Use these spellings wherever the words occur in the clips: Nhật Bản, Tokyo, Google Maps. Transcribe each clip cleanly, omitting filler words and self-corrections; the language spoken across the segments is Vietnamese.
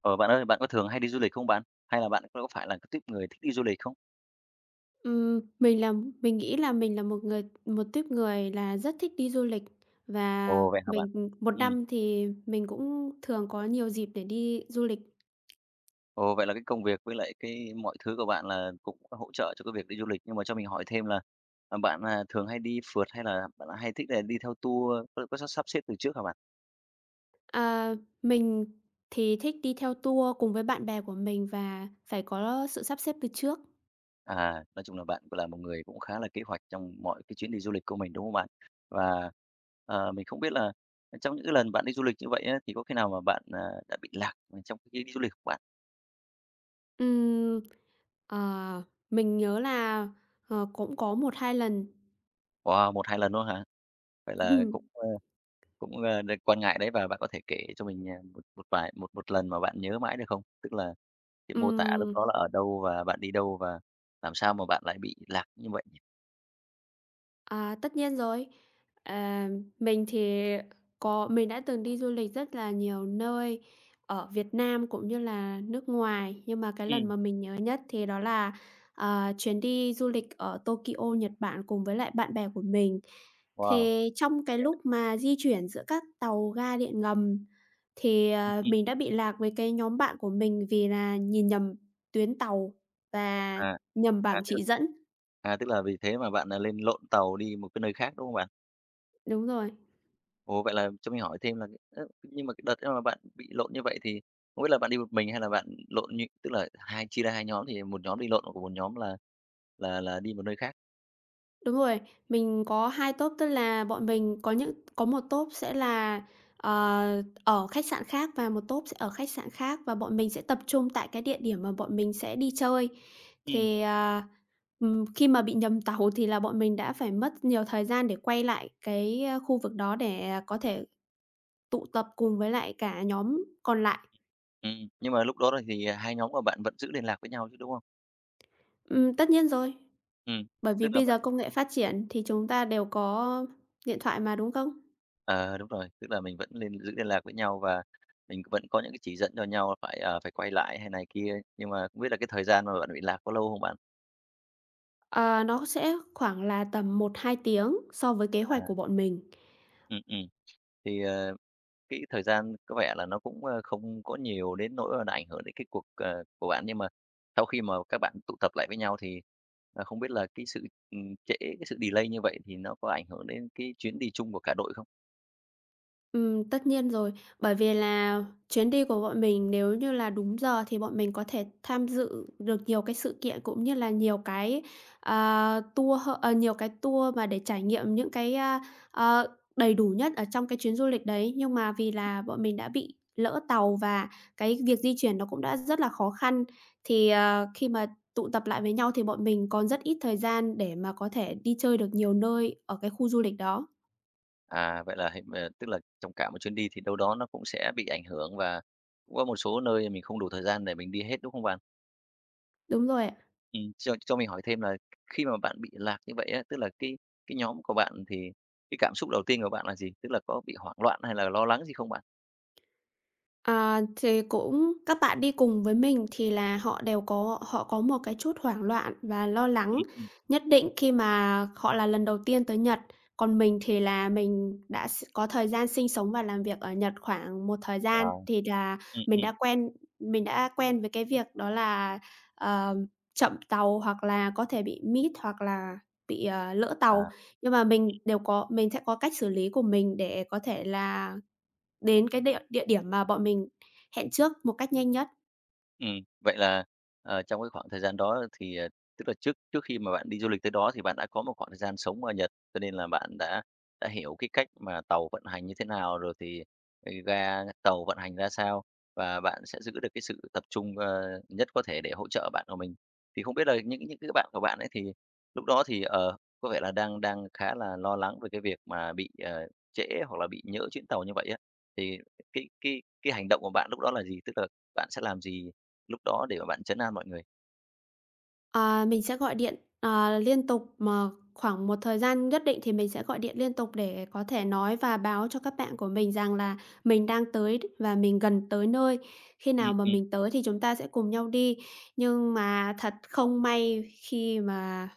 Ờ, Bạn ơi, bạn có thường hay đi du lịch không bạn? Hay là bạn có phải là cái tuýp người thích đi du lịch không? Ừm, mình là mình nghĩ là mình là một tuýp người là rất thích đi du lịch và Ồ, vậy hả bạn? Một Ừm, năm thì mình cũng thường có nhiều dịp để đi du lịch. ồ, vậy là cái công việc với lại cái mọi thứ của bạn là cũng hỗ trợ cho cái việc đi du lịch. Nhưng mà cho mình hỏi thêm là, bạn, thường hay đi phượt hay là bạn hay thích là đi theo tour, có sắp sắp xếp từ trước hả bạn? À, mình thì thích đi theo tour cùng với bạn bè của mình và phải có sự sắp xếp từ trước. À, nói chung là bạn cũng là một người cũng khá là kế hoạch trong mọi cái chuyến đi du lịch của mình, đúng không bạn? Và, mình không biết là trong những cái lần bạn đi du lịch như vậy á, thì có khi nào mà bạn, đã bị lạc, trong cái chuyến đi du lịch của bạn? Ừm, ờ, mình nhớ là, cũng có một hai lần. Wow, một hai lần luôn hả? Vậy là cũng, ơ, đ quan ngại đấy và bạn có thể kể cho mình, một một vài một một lần mà bạn nhớ mãi được không? Tức là cái mô tả lúc Ừm. đó là ở đâu và bạn đi đâu và làm sao mà bạn lại bị lạc như vậy nhỉ? À, tất nhiên rồi. À, mình thì có mình đã từng đi du lịch rất là nhiều nơi ở Việt Nam cũng như là nước ngoài, nhưng mà cái lần Ừm, mà mình nhớ nhất thì đó là, chuyến đi du lịch ở Tokyo, Nhật Bản cùng với lại bạn bè của mình. wow. Thì trong cái lúc Ờ. mà di chuyển giữa các tàu ga điện ngầm thì, hứm. mình đã bị lạc với cái nhóm bạn của mình vì là nhìn nhầm tuyến tàu và À, nhầm à, bảng tức chỉ dẫn. À, tức là vì thế mà bạn, lên lộn tàu đi một cái nơi khác, đúng không bạn? Đúng rồi. Ồ, vậy là cho mình hỏi thêm là ơ, nhưng mà cái đợt mà bạn bị lộn như vậy thì không biết là bạn đi một mình hay là bạn lộn như tức là hai chia ra hai nhóm thì một nhóm đi lộn, của một nhóm là là đi một nơi khác? Đúng rồi, mình có 2 tốp, tức là bọn mình có một tốp sẽ là, ở khách sạn khác và một tốp sẽ ở khách sạn khác, và bọn mình sẽ tập trung tại cái địa điểm mà bọn mình sẽ đi chơi. Ừm, Thì, à, khi mà bị nhầm tàu thì là bọn mình đã phải mất nhiều thời gian để quay lại khu vực đó để có thể tụ tập cùng với lại cả nhóm còn lại. Nhưng mà lúc đó rồi thì, hai nhóm của bạn vẫn giữ liên lạc với nhau chứ, đúng không? Tất nhiên rồi, Ừm, bởi tức vì là bây vẫn giờ công nghệ phát triển thì chúng ta đều có điện thoại mà, đúng không? ờ, Đúng rồi, tức là mình vẫn liên giữ liên lạc với nhau và mình vẫn có những cái chỉ dẫn cho nhau phải, phải quay lại hay này kia, nhưng mà không biết là cái thời gian mà bạn bị lạc có lâu không bạn? Ờ, nó sẽ khoảng là tầm một hai tiếng so với kế hoạch À, của bọn mình. ừm, ừm, thì, cái thời gian có vẻ là nó cũng, ơ, không có nhiều đến nỗi là ảnh hưởng đến cái cuộc, của bạn, nhưng mà sau khi mà các bạn tụ tập lại với nhau thì, không biết là cái sự, trễ, cái sự delay như vậy thì nó có ảnh hưởng đến cái chuyến đi chung của cả đội không? Tất nhiên rồi, bởi vì là chuyến đi của bọn mình nếu như là đúng giờ thì bọn mình có thể tham dự được nhiều cái sự kiện cũng như là nhiều cái, à, tour hơ ờ, nhiều cái tour mà để trải nghiệm những ờ, đầy đủ nhất ở trong cái chuyến du lịch đấy. Nhưng mà vì là bọn mình đã bị lỡ tàu và cái việc di chuyển nó cũng đã rất là khó khăn, thì, ờ, khi mà tụ tập lại với nhau thì bọn mình còn rất ít thời gian để mà có thể đi chơi được nhiều nơi ở cái khu du lịch đó. À, vậy là hình ờ, Tức là trong cả một chuyến đi thì đâu đó nó cũng sẽ bị ảnh hưởng và cũng có một số nơi mình không đủ thời gian để mình đi hết, đúng không bạn? Đúng rồi ạ. Cho mình hỏi thêm là khi mà bạn bị lạc như vậy á, tức là cái nhóm của bạn thì cái cảm xúc đầu tiên của bạn là gì? Tức là có bị hoảng loạn hay là lo lắng gì không bạn? À, thì cũng các bạn đi cùng với mình thì là họ có một cái chút hoảng loạn và lo Ừm, lắng ừm. nhất định khi mà họ là lần đầu tiên tới Nhật. Còn mình thì là mình đã s có thời gian sinh sống và làm việc ở Nhật khoảng một thời gian, Wow. thì là Ừm, mình ừm. đã quen mình đã quen với cái việc đó là, ờ, chậm tàu hoặc là có thể bị miss hoặc là bị, lỡ À. tàu. Nhưng mà mình sẽ có cách xử lý của mình để có thể là đến cái địa địa điểm mà bọn mình hẹn trước một cách nhanh nhất. Vậy là, trong cái khoảng thời gian đó thì, tức là trước trước khi mà bạn đi du lịch tới đó thì bạn đã có một khoảng thời gian sống ở Nhật, cho nên là bạn đã hiểu cái cách mà tàu vận hành như thế nào, rồi thì, ga tàu vận hành ra sao, và bạn sẽ giữ được cái sự tập trung, nhất có thể để hỗ trợ bạn của mình. Thì không biết là những cái bạn của bạn ấy thì lúc đó thì, có vẻ là đang đang khá là lo lắng về cái việc mà bị, trễ hoặc là bị nhỡ chuyến tàu như vậy á, thì cái hành động của bạn lúc đó là gì? Tức là bạn sẽ làm gì lúc đó để mà bạn trấn an mọi người. Ờ, mình sẽ gọi điện, liên tục mà khoảng một thời gian nhất định thì mình sẽ gọi điện liên tục để có thể nói và báo cho các bạn của mình rằng là mình đang tới và mình gần tới nơi. Khi Ừm, nào mà ừm. mình tới thì chúng ta sẽ cùng nhau đi. Nhưng mà thật không may khi mà,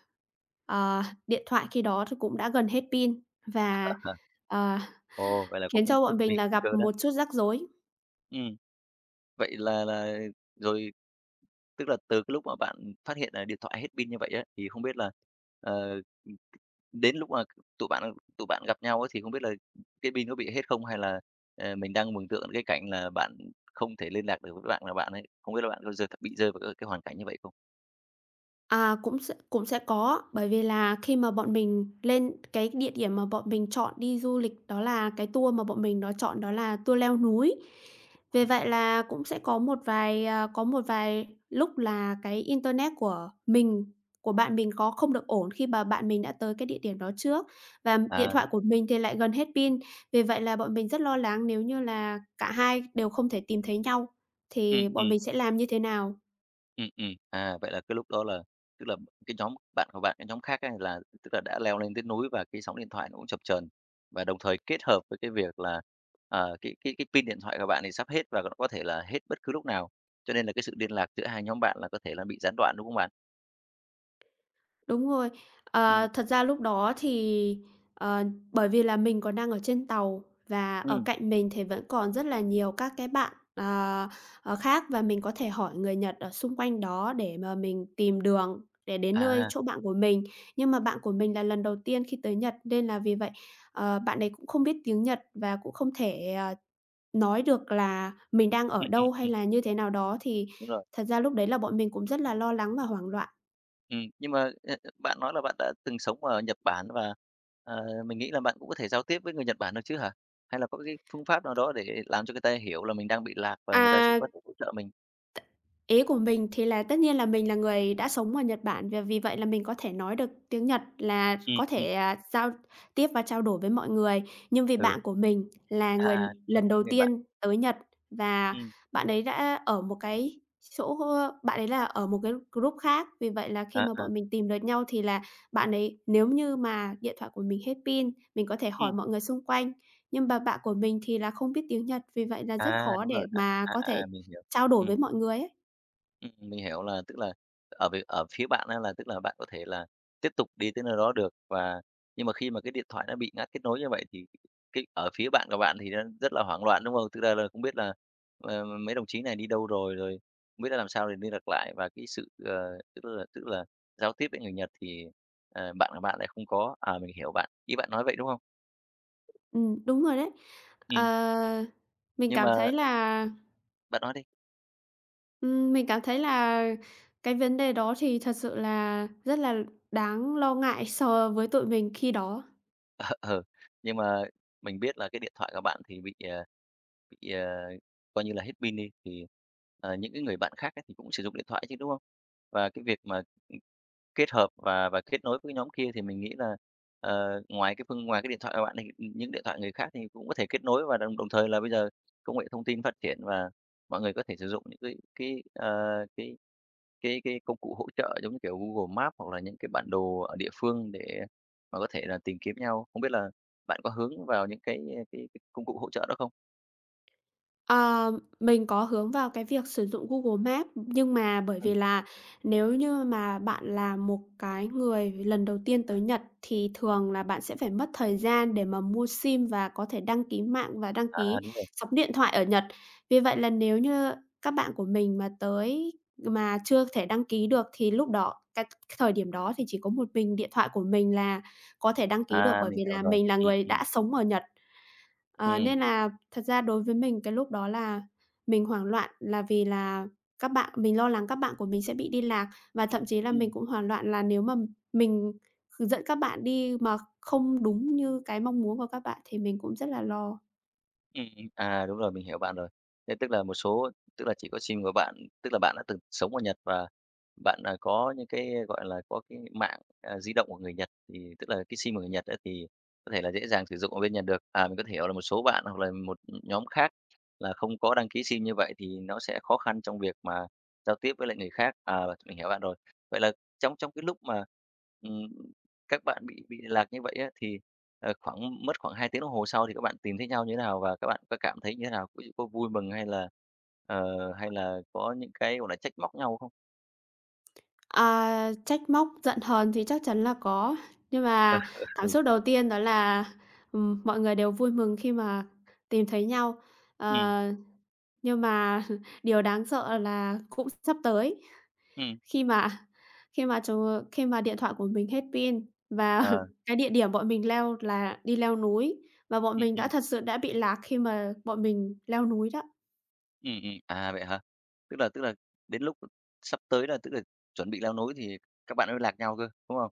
ờ, điện thoại khi đó thì cũng đã gần hết pin và, ờ, Ồ, vậy là cũng khiến cho bọn mình nguy là gặp cơ đó. một chút rắc rối. Ừm, vậy là rồi tức là từ cái lúc mà bạn phát hiện là điện thoại hết pin như vậy á, thì không biết là, ờ, đến lúc mà tụi bạn gặp nhau á, thì không biết là cái pin có bị hết không? Hay là, mình đang mường tượng cái cảnh là bạn không thể liên lạc được với bạn là bạn ấy, không biết là bạn có giờ bị rơi vào cái hoàn cảnh như vậy không? À, cũng sẽ có, bởi vì là khi mà bọn mình lên cái địa điểm mà bọn mình chọn đi du lịch đó là cái tour mà bọn mình nó chọn đó là tour leo núi. Vì Ừm. vậy là cũng sẽ có có một vài lúc là cái internet của mình, của bạn mình có không được ổn khi mà bạn mình đã tới cái địa điểm đó trước, và điện À, đúng thoại rồi. của mình thì lại gần hết pin. Vì vậy là bọn mình rất lo lắng nếu như là cả hai đều không thể tìm thấy nhau Ừm, thì bọn ừm. mình sẽ làm như thế nào? À, vậy là cái lúc đó là tức là cái nhóm bạn của bạn, cái nhóm khác ấy là tức là đã leo lên tới núi và cái sóng điện thoại nó cũng chập chờn. Và đồng thời kết hợp với cái việc là, cái pin điện thoại của bạn thì sắp hết và nó có thể là hết bất cứ lúc nào, cho nên là cái sự liên lạc giữa hai nhóm bạn là có thể là bị gián đoạn, đúng không bạn? Đúng rồi. Ừ Ờ, thật ra lúc đó thì, ờ, bởi vì là mình còn đang ở trên tàu và ở ừ cạnh mình thì vẫn còn rất là nhiều các cái bạn, khác và mình có thể hỏi người Nhật ở xung quanh đó để mà mình tìm đường để đến nơi à, chỗ bạn của mình. Nhưng mà bạn của mình là lần đầu tiên khi tới Nhật nên là vì vậy, bạn ấy cũng không biết tiếng Nhật và cũng không thể, nói được là mình đang ừm, ở ừm, đâu hay ừm, là như thế nào đó, thì Đúng rồi. thật ra lúc đấy là bọn mình cũng rất là lo lắng và hoảng loạn. Nhưng mà, bạn nói là bạn đã từng sống ở Nhật Bản và, mình nghĩ là bạn cũng có thể giao tiếp với người Nhật Bản được chứ hả? Hay là có cái phương pháp nào đó để làm cho người ta hiểu là mình đang bị lạc và người ta sẽ À. có thể hỗ trợ mình? Ý của mình thì là tất nhiên là mình là người đã sống ở Nhật Bản, và vì vậy là mình có thể nói được tiếng Nhật là Ừm, có ừm, thể, giao tiếp và trao đổi với mọi người. Nhưng vì ừ, bạn của mình là người Đúng rồi, lần cái đầu người bạn. tiên tới Nhật và Ừm, bạn ấy đã ở một cái chỗ bạn ấy là ở một cái group khác, vì vậy là khi à, mà à, bọn mình tìm được nhau thì là bạn ấy nếu như mà điện thoại của mình hết pin, mình có thể hỏi ừm, mọi người xung quanh, nhưng mà bạn của mình thì là không biết tiếng Nhật, vì vậy là rất khó Đúng để rồi, mà có thể mình hiểu. trao đổi Ừm. với mọi người ấy. Mình hiểu là tức là ở việc ở phía bạn á là tức là bạn có thể là tiếp tục đi tới nơi đó được và nhưng mà khi mà cái điện thoại nó bị ngắt kết nối như vậy thì cái ở phía bạn của bạn thì nó rất là hoảng loạn, đúng không? Tức ra là không biết là, mấy đồng chí này đi đâu rồi, rồi không biết là làm sao để liên lạc lại và cái sự, tức là giao tiếp với người Nhật thì, bạn của bạn lại không có. À, mình hiểu bạn, ý bạn nói vậy, đúng không? Đúng rồi đấy. Ờ, Ừm, mình nhưng cảm mà thấy là, bạn nói đi. Mình cảm thấy là cái vấn đề đó thì thật sự là rất là đáng lo ngại so với tụi mình khi đó. ờ nhưng mà mình biết là cái điện thoại của bạn thì bị, bị, coi như là hết pin đi, thì, những cái người bạn khác ấy thì cũng sử dụng điện thoại chứ, đúng không? Và cái việc mà, kết hợp và kết nối với nhóm kia thì mình nghĩ là, ngoài cái phương ngoài cái điện thoại của bạn thì, những điện thoại người khác thì cũng có thể kết nối và đồng đồng thời là bây giờ công nghệ thông tin phát triển và mọi người có thể sử dụng những cái, ờ, cái cái công cụ hỗ trợ giống như kiểu Google Maps hoặc là những cái bản đồ ở địa phương để và có thể là tìm kiếm nhau. Không biết là bạn có hướng vào những cái, cái công cụ hỗ trợ đó không? Ờ, mình có hướng vào cái việc sử dụng Google Maps, nhưng mà bởi vì Ừm. là nếu như mà bạn là một cái người lần đầu tiên tới Nhật thì thường là bạn sẽ phải mất thời gian để mà mua SIM và có thể đăng ký mạng và đăng À, ký đúng rồi. sóng điện thoại ở Nhật. Vì vậy là nếu như các bạn của mình mà tới mà chưa thể đăng ký được thì lúc đó cái thời điểm đó thì chỉ có một mình điện thoại của mình là có thể đăng ký được, À, bởi mình vì hiểu là rồi. mình là người đã sống ở Nhật. Ờ, ừm. nên là thật ra đối với mình cái lúc đó là mình hoảng loạn là vì là các bạn mình lo lắng các bạn của mình sẽ bị đi lạc, và thậm chí là mình Ừm. cũng hoảng loạn là nếu mà mình dẫn các bạn đi mà không đúng như cái mong muốn của các bạn thì mình cũng rất là lo. Ừm, à, đúng rồi, mình hiểu bạn rồi. Thế tức là một số tức là chỉ có sim của bạn tức là bạn đã từng sống ở Nhật và bạn, có những cái, gọi là, có cái mạng, di động của người Nhật, thì tức là cái sim của người Nhật á thì có thể là dễ dàng sử dụng ở bên Nhật được. À, mình có thể hiểu là một số bạn hoặc là một nhóm khác là không có đăng ký sim như vậy thì nó sẽ khó khăn trong việc mà giao tiếp với lại người khác. À, mình hiểu bạn rồi. Vậy là trong trong cái lúc mà, ừm các bạn bị lạc như vậy á, thì, khoảng mất khoảng 2 tiếng đồng hồ sau thì các bạn tìm thấy nhau như thế nào? Và các bạn có cảm thấy như thế nào? Ví dụ có vui mừng hay là, ờ, hay là có những cái, gọi là, trách móc nhau không? À, trách móc, giận hờn thì chắc chắn là có, nhưng Ờ, mà cảm xúc đầu tiên đó là, mọi người đều vui mừng khi mà tìm thấy nhau. ừ Ờ, nhưng mà điều đáng sợ là cũng sắp tới. ừm, Khi mà khi mà trời khi mà điện thoại của mình hết pin và ờ, cái địa điểm bọn mình leo là đi leo núi và bọn ừm, mình đã ừm, thật sự đã bị lạc khi mà bọn mình leo núi đó. À, vậy hả? Tức là đến lúc sắp tới là tức là chuẩn bị leo núi thì các bạn mới lạc nhau cơ, đúng không?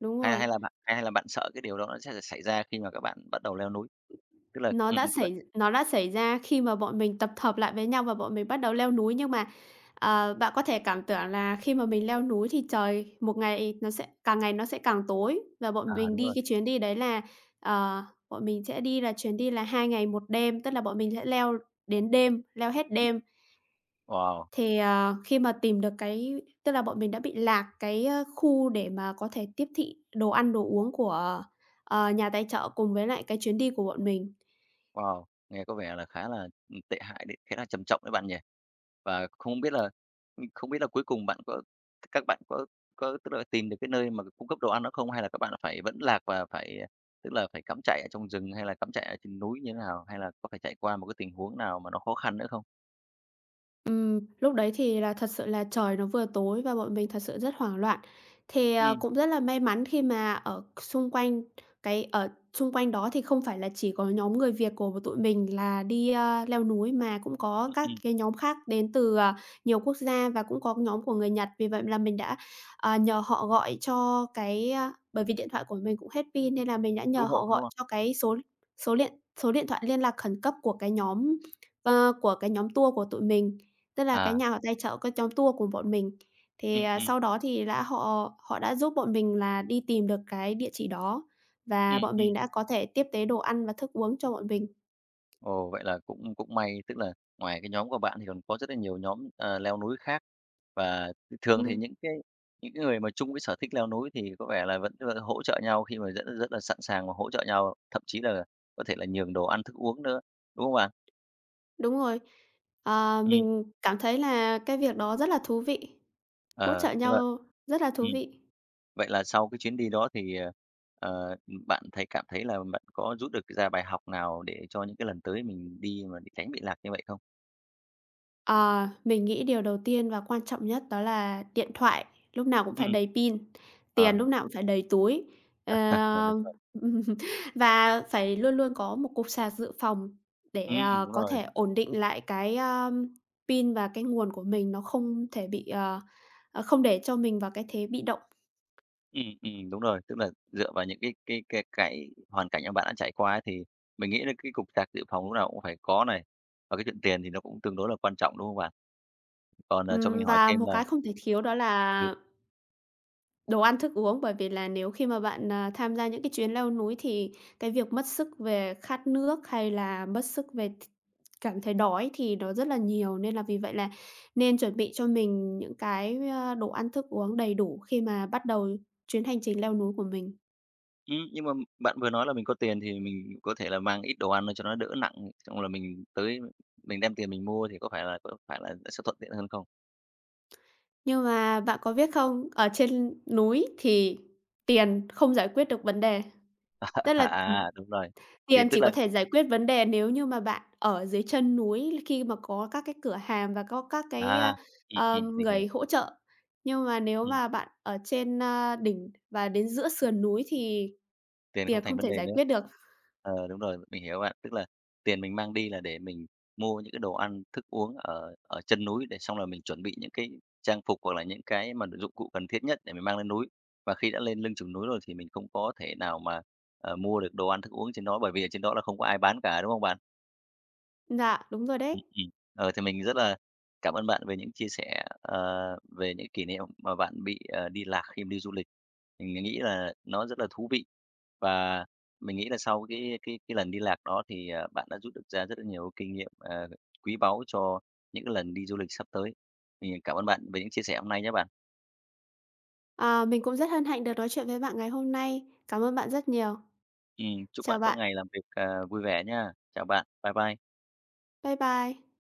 Đúng Hay rồi. Hay là bạn sợ cái điều đó nó sẽ xảy ra khi mà các bạn bắt đầu leo núi? Tức là Nó đã xảy nó đã xảy ra khi mà bọn mình tập hợp lại với nhau và bọn mình bắt đầu leo núi, nhưng mà, bạn có thể cảm tưởng là khi mà mình leo núi thì một ngày nó sẽ càng tối, và bọn à, mình đúng đi rồi. cái chuyến đi đấy là, ờ, bọn mình sẽ đi là chuyến đi là 2 ngày một đêm, tức là bọn mình sẽ leo đến đêm, leo hết đêm. Wow! Thì, ờ, khi mà tìm được cái tức là bọn mình đã bị lạc khu để mà có thể tiếp thị đồ ăn, đồ uống của, nhà tài trợ cùng với lại cái chuyến đi của bọn mình. Wow, nghe có vẻ là khá là, tệ hại đấy, khá là trầm trọng đấy bạn nhỉ? Và không biết là không biết là cuối cùng bạn có các bạn có tức là tìm được cái nơi mà cung cấp đồ ăn đó không? Hay là các bạn phải vẫn lạc và phải, tức là phải cắm trại ở trong rừng hay là cắm trại ở trên núi như thế nào? Hay là có phải chạy qua một cái tình huống nào mà nó khó khăn nữa không? Lúc đấy thì là thật sự là trời nó vừa tối và bọn mình thật sự rất hoảng loạn. Thì, ờ, Ừm, cũng rất là may mắn khi mà ở xung quanh đó thì không phải là chỉ có nhóm người Việt của tụi mình là đi, leo núi mà cũng có ừm, các ừm, cái nhóm khác đến từ, nhiều quốc gia và cũng có nhóm của người Nhật. Vì vậy là mình đã, nhờ họ gọi cho cái, a bởi vì điện thoại của mình cũng hết pin nên là mình đã cứu nhờ hộ, họ đúng gọi không? cho cái số số điện số điện thoại liên lạc khẩn cấp của cái nhóm, của cái nhóm tour của tụi mình. Tức là cái À, nhà họ tài trợ cái nhóm tour của bọn mình, ừm, ừm, sau đó thì đã họ họ đã giúp bọn mình là đi tìm được cái địa chỉ đó, và bọn ừm. mình đã có thể tiếp tế đồ ăn và thức uống cho bọn mình. Ồ, vậy là cũng cũng may, tức là ngoài cái nhóm của bạn thì còn có rất là nhiều nhóm, leo núi khác. Và thường thì Ừm, những cái người mà chung cái sở thích leo núi thì có vẻ là vẫn rất là hỗ trợ nhau khi mà rất rất là sẵn sàng và hỗ trợ nhau, thậm chí là có thể là nhường đồ ăn thức uống nữa, đúng không bạn? đúng rồi. Ờ, Ừm, mình cảm thấy là cái việc đó rất là thú vị, hỗ ờ, trợ nhưng mà nhau rất là thú ừm, vị. vậy là sau cái chuyến đi đó thì, ờ, bạn thấy cảm thấy là bạn có rút được ra bài học nào để cho những cái lần tới mình đi mà để tránh bị lạc như vậy không? Ờ, mình nghĩ điều đầu tiên và quan trọng nhất đó là điện thoại lúc nào cũng phải Ừm, đầy pin, ờ, tiền lúc nào cũng phải đầy túi, đúng ờ, rồi. và phải luôn luôn có một cục sạc dự phòng Ừm, để, đúng có rồi. thể ổn định lại pin và cái nguồn của mình nó không thể bị, không để cho mình vào cái thế bị động. Đúng rồi. Tức là dựa vào những cái hoàn cảnh mà bạn đã trải qua ấy, thì mình nghĩ là cái cục sạc dự phòng lúc nào cũng phải có này, và cái chuyện tiền thì nó cũng tương đối là quan trọng, đúng không bạn? Còn, cho mình hỏi Và thêm một là cái không thể thiếu đó ừ, là đồ ăn thức uống, bởi vì là nếu khi mà bạn, tham gia những cái chuyến leo núi thì cái việc mất sức về khát nước hay là mất sức về cảm thấy đói thì nó rất là nhiều, nên là vì vậy là nên chuẩn bị cho mình những đồ ăn thức uống đầy đủ khi mà bắt đầu chuyến hành trình leo núi của mình. Nhưng mà bạn vừa nói là mình có tiền thì mình có thể là mang ít đồ ăn lên cho nó đỡ nặng, xong là mình đem tiền mình mua thì có phải là sẽ thuận tiện hơn không? Nhưng mà bạn có biết không, ở trên núi thì tiền không giải quyết được vấn đề. Tức là À, đúng rồi, thì tiền tức chỉ là có thể giải quyết vấn đề nếu như mà bạn ở dưới chân núi khi mà có các cái cửa hàng và có các cái, a, à, ờm, mình hiểu. người hỗ trợ. Nhưng mà nếu mà bạn ở trên, đỉnh và đến giữa sườn núi thì Tiền không tiền thành không vấn thể đề giải nữa. quyết được. Ờ, đúng rồi, mình hiểu bạn. Tức là tiền mình mang đi là để mình mua những cái đồ ăn, thức uống ở ở chân núi để xong là mình chuẩn bị những cái trang phục hoặc là những cái mà dụng cụ cần thiết nhất để mình mang lên núi. Và khi đã lên lưng chừng núi rồi thì mình không có thể nào mà, mua được đồ ăn, thức uống trên đó, bởi vì ở trên đó là không có ai bán cả, đúng không bạn? Dạ, đúng rồi Ừm, đấy. ừm. Ờ, thì mình rất là cảm ơn bạn về những chia sẻ, về những kỷ niệm mà bạn bị, đi lạc khi mà đi du lịch. Mình nghĩ là nó rất là thú vị và mình nghĩ là sau cái lần đi lạc đó thì, bạn đã rút được ra rất là nhiều kinh nghiệm, quý báu cho những cái lần đi du lịch sắp tới. Mình cảm ơn bạn về những chia sẻ hôm nay nhé bạn. À, mình cũng rất hân hạnh được nói chuyện với bạn ngày hôm nay. Cảm ơn bạn rất nhiều. Chúc Chào bạn có bạn. ngày làm việc, vui vẻ nhá. Chào bạn. Bye bye. Bye bye.